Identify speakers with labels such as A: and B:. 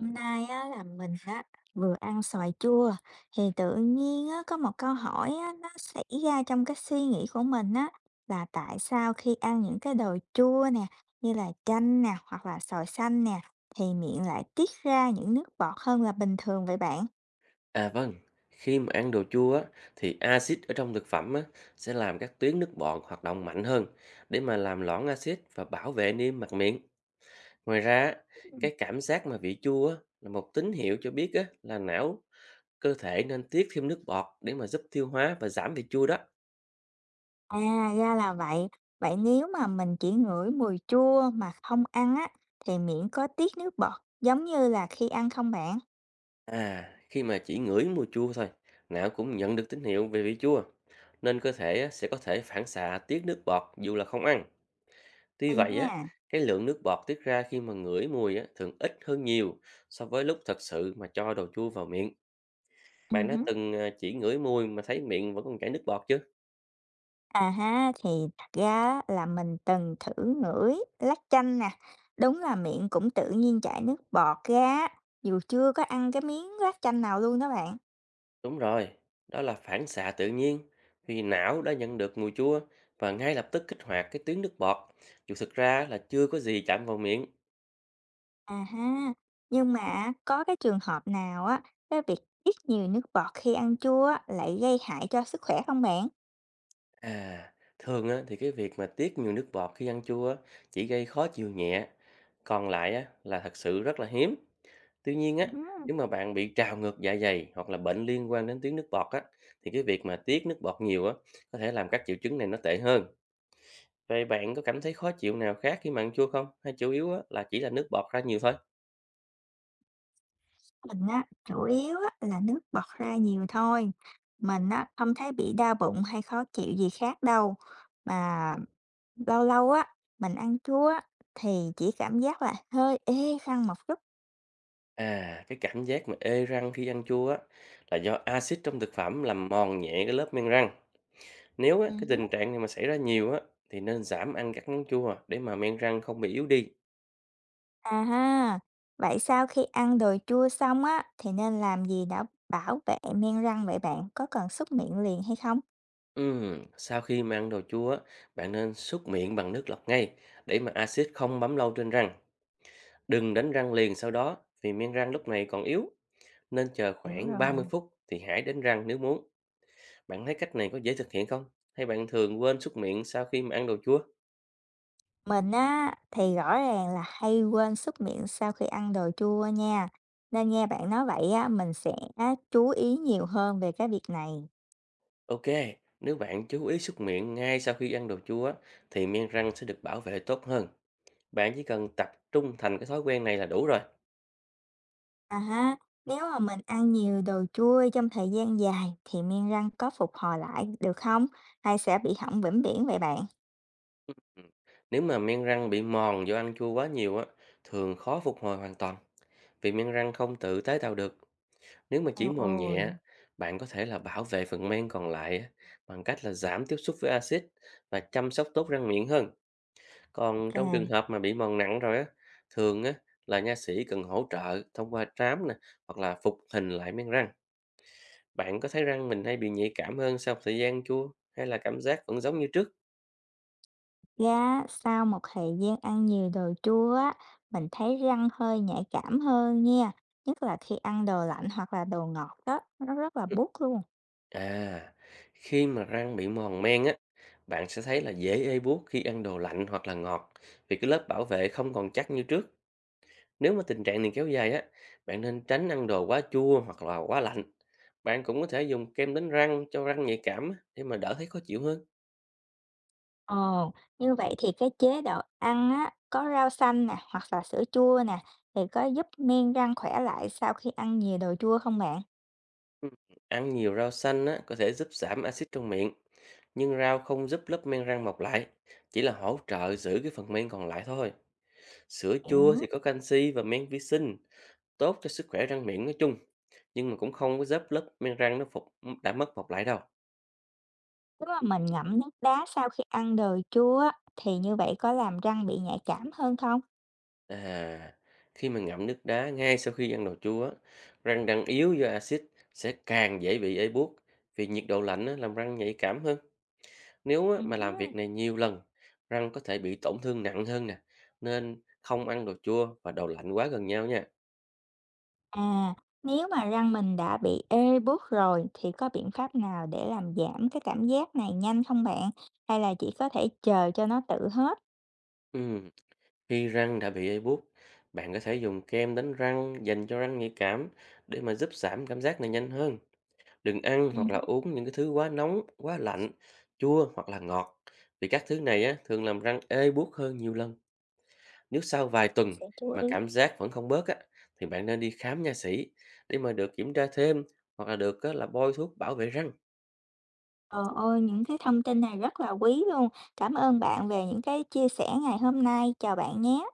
A: Hôm nay á, là mình á, vừa ăn xoài chua thì tự nhiên á, có một câu hỏi á, nó xảy ra trong cái suy nghĩ của mình á, là tại sao khi ăn những cái đồ chua nè, như là chanh nè hoặc là xoài xanh nè, thì miệng lại tiết ra những nước bọt hơn là bình thường vậy bạn?
B: À vâng, khi mà ăn đồ chua á, thì axit ở trong thực phẩm á, sẽ làm các tuyến nước bọt hoạt động mạnh hơn để mà làm loãng axit và bảo vệ niêm mạc miệng. Ngoài ra, á,
A: Ừ.
B: cái cảm giác mà vị chua á, là một tín hiệu cho biết á, là não cơ thể nên tiết thêm nước bọt để mà giúp tiêu hóa và giảm vị chua đó.
A: À, ra là vậy. Vậy nếu mà mình chỉ ngửi mùi chua mà không ăn á, thì miệng có tiết nước bọt giống như là khi ăn không bạn?
B: À, khi mà chỉ ngửi mùi chua thôi, não cũng nhận được tín hiệu về vị chua, nên cơ thể á, sẽ có thể phản xạ tiết nước bọt dù là không ăn. Tuy
A: Hay
B: vậy á,
A: nha.
B: cái lượng nước bọt tiết ra khi mà ngửi mùi á, thường ít hơn nhiều so với lúc thật sự mà cho đồ chua vào miệng.
A: Ừ.
B: Bạn đã từng à, chỉ ngửi mùi mà thấy miệng vẫn còn chảy nước bọt chứ?
A: À ha, thì thật ra á, là mình từng thử ngửi lát chanh nè, đúng là miệng cũng tự nhiên chảy nước bọt ra, á, dù chưa có ăn cái miếng lát chanh nào luôn đó bạn.
B: Đúng rồi, đó là phản xạ tự nhiên vì não đã nhận được mùi chua và ngay lập tức kích hoạt cái tuyến nước bọt. Dù thực ra là chưa có gì chạm vào miệng.
A: À ha, nhưng mà có cái trường hợp nào á, cái việc ít nhiều nước bọt khi ăn chua á, lại gây hại cho sức khỏe không bạn?
B: À, thường á, thì cái việc mà tiết nhiều nước bọt khi ăn chua á, chỉ gây khó chịu nhẹ, còn lại á, là thật sự rất là hiếm. Tuy nhiên á,
A: Ừm.
B: nếu mà bạn bị trào ngược dạ dày hoặc là bệnh liên quan đến tiếng nước bọt á, thì cái việc mà tiết nước bọt nhiều á, có thể làm các triệu chứng này nó tệ hơn. Vậy bạn có cảm thấy khó chịu nào khác khi mà ăn chua không? Hay chủ yếu á, là chỉ là nước bọt ra nhiều thôi?
A: Mình á, chủ yếu á, là nước bọt ra nhiều thôi. Mình á, không thấy bị đau bụng hay khó chịu gì khác đâu. Mà lâu lâu á, mình ăn chua á, thì chỉ cảm giác là hơi ê khăn một chút.
B: À, cái cảm giác mà ê răng khi ăn chua á, là do axit trong thực phẩm làm mòn nhẹ cái lớp men răng. Nếu á, cái
A: Hứm.
B: tình trạng này mà xảy ra nhiều á, thì nên giảm ăn các món chua để mà men răng không bị yếu đi.
A: À ha, vậy sau khi ăn đồ chua xong á, thì nên làm gì để bảo vệ men răng vậy bạn? Có cần súc miệng liền hay không?
B: Sau khi mà ăn đồ chua, á, bạn nên súc miệng bằng nước lọc ngay để mà axit không bám lâu trên răng. Đừng đánh răng liền sau đó vì men răng lúc này còn yếu. Nên chờ
A: Hiểu
B: khoảng
A: rồi.
B: 30 phút thì hãy đánh răng nếu muốn. Bạn thấy cách này có dễ thực hiện không? Hay bạn thường quên súc miệng sau khi mà ăn đồ chua?
A: Mình á, thì rõ ràng là hay quên súc miệng sau khi ăn đồ chua nha. Nên nghe bạn nói vậy á, mình sẽ chú ý nhiều hơn về cái việc này.
B: Ok, nếu bạn chú ý súc miệng ngay sau khi ăn đồ chua á, thì men răng sẽ được bảo vệ tốt hơn. Bạn chỉ cần tập trung thành cái thói quen này là đủ rồi.
A: À ha, nếu mà mình ăn nhiều đồ chua trong thời gian dài thì men răng có phục hồi lại được không? Hay sẽ bị hỏng vĩnh viễn vậy bạn?
B: Ừ. Nếu mà men răng bị mòn do ăn chua quá nhiều á, thường khó phục hồi hoàn toàn. Vì men răng không tự tái tạo được, nếu mà chỉ
A: Eo
B: mòn
A: ôi.
B: nhẹ, bạn có thể là bảo vệ phần men còn lại á, bằng cách là giảm tiếp xúc với axit và chăm sóc tốt răng miệng hơn. Còn
A: Ok.
B: trong trường hợp mà bị mòn nặng rồi á, thường á là nha sĩ cần hỗ trợ thông qua trám nè, hoặc là phục hình lại men răng. Bạn có thấy răng mình hay bị nhạy cảm hơn sau thời gian chua hay là cảm giác vẫn giống như trước?
A: Ra sau một thời gian ăn nhiều đồ chua á, mình thấy răng hơi nhạy cảm hơn nha. Nhất là khi ăn đồ lạnh hoặc là đồ ngọt đó, nó rất là buốt luôn.
B: À, khi mà răng bị mòn men á, bạn sẽ thấy là dễ ê buốt khi ăn đồ lạnh hoặc là ngọt, vì cái lớp bảo vệ không còn chắc như trước. Nếu mà tình trạng này kéo dài á, bạn nên tránh ăn đồ quá chua hoặc là quá lạnh. Bạn cũng có thể dùng kem đánh răng cho răng nhạy cảm á, để mà đỡ thấy khó chịu hơn.
A: Ồ, như vậy thì cái chế độ ăn á, có rau xanh nè, hoặc là sữa chua nè, thì có giúp men răng khỏe lại sau khi ăn nhiều đồ chua không bạn?
B: Ừ, ăn nhiều rau xanh á, có thể giúp giảm axit trong miệng, nhưng rau không giúp lớp men răng mọc lại, chỉ là hỗ trợ giữ cái phần men còn lại thôi. Sữa chua thì
A: Hiểu.
B: có canxi và men vi sinh, tốt cho sức khỏe răng miệng nói chung. Nhưng mà cũng không có dớp lớp men răng nó phục đã mất phục lại đâu.
A: Nếu mà mình ngậm nước đá sau khi ăn đồ chua á, thì như vậy có làm răng bị nhạy cảm hơn không?
B: À, khi mà ngậm nước đá ngay sau khi ăn đồ chua á, răng đang yếu do axit sẽ càng dễ bị ê buốt vì nhiệt độ lạnh á làm răng nhạy cảm hơn. Nếu á mà làm
A: Ừm.
B: việc này nhiều lần, răng có thể bị tổn thương nặng hơn nè, nên không ăn đồ chua và đồ lạnh quá gần nhau nha.
A: À, nếu mà răng mình đã bị ê buốt rồi thì có biện pháp nào để làm giảm cái cảm giác này nhanh không bạn? Hay là chỉ có thể chờ cho nó tự hết?
B: Ừm, khi răng đã bị ê buốt, bạn có thể dùng kem đánh răng dành cho răng nhạy cảm để mà giúp giảm cảm giác này nhanh hơn. Đừng ăn hoặc là
A: Ừm.
B: uống những cái thứ quá nóng, quá lạnh, chua hoặc là ngọt. Vì các thứ này á, thường làm răng ê buốt hơn nhiều lần. Nếu sau vài tuần
A: Sẽ chú
B: mà
A: ý.
B: cảm giác vẫn không bớt á, thì bạn nên đi khám nha sĩ để mà được kiểm tra thêm hoặc là được á, là bôi thuốc bảo vệ răng.
A: Ờ ôi, những cái thông tin này rất là quý luôn. Cảm ơn bạn về những cái chia sẻ ngày hôm nay. Chào bạn nhé.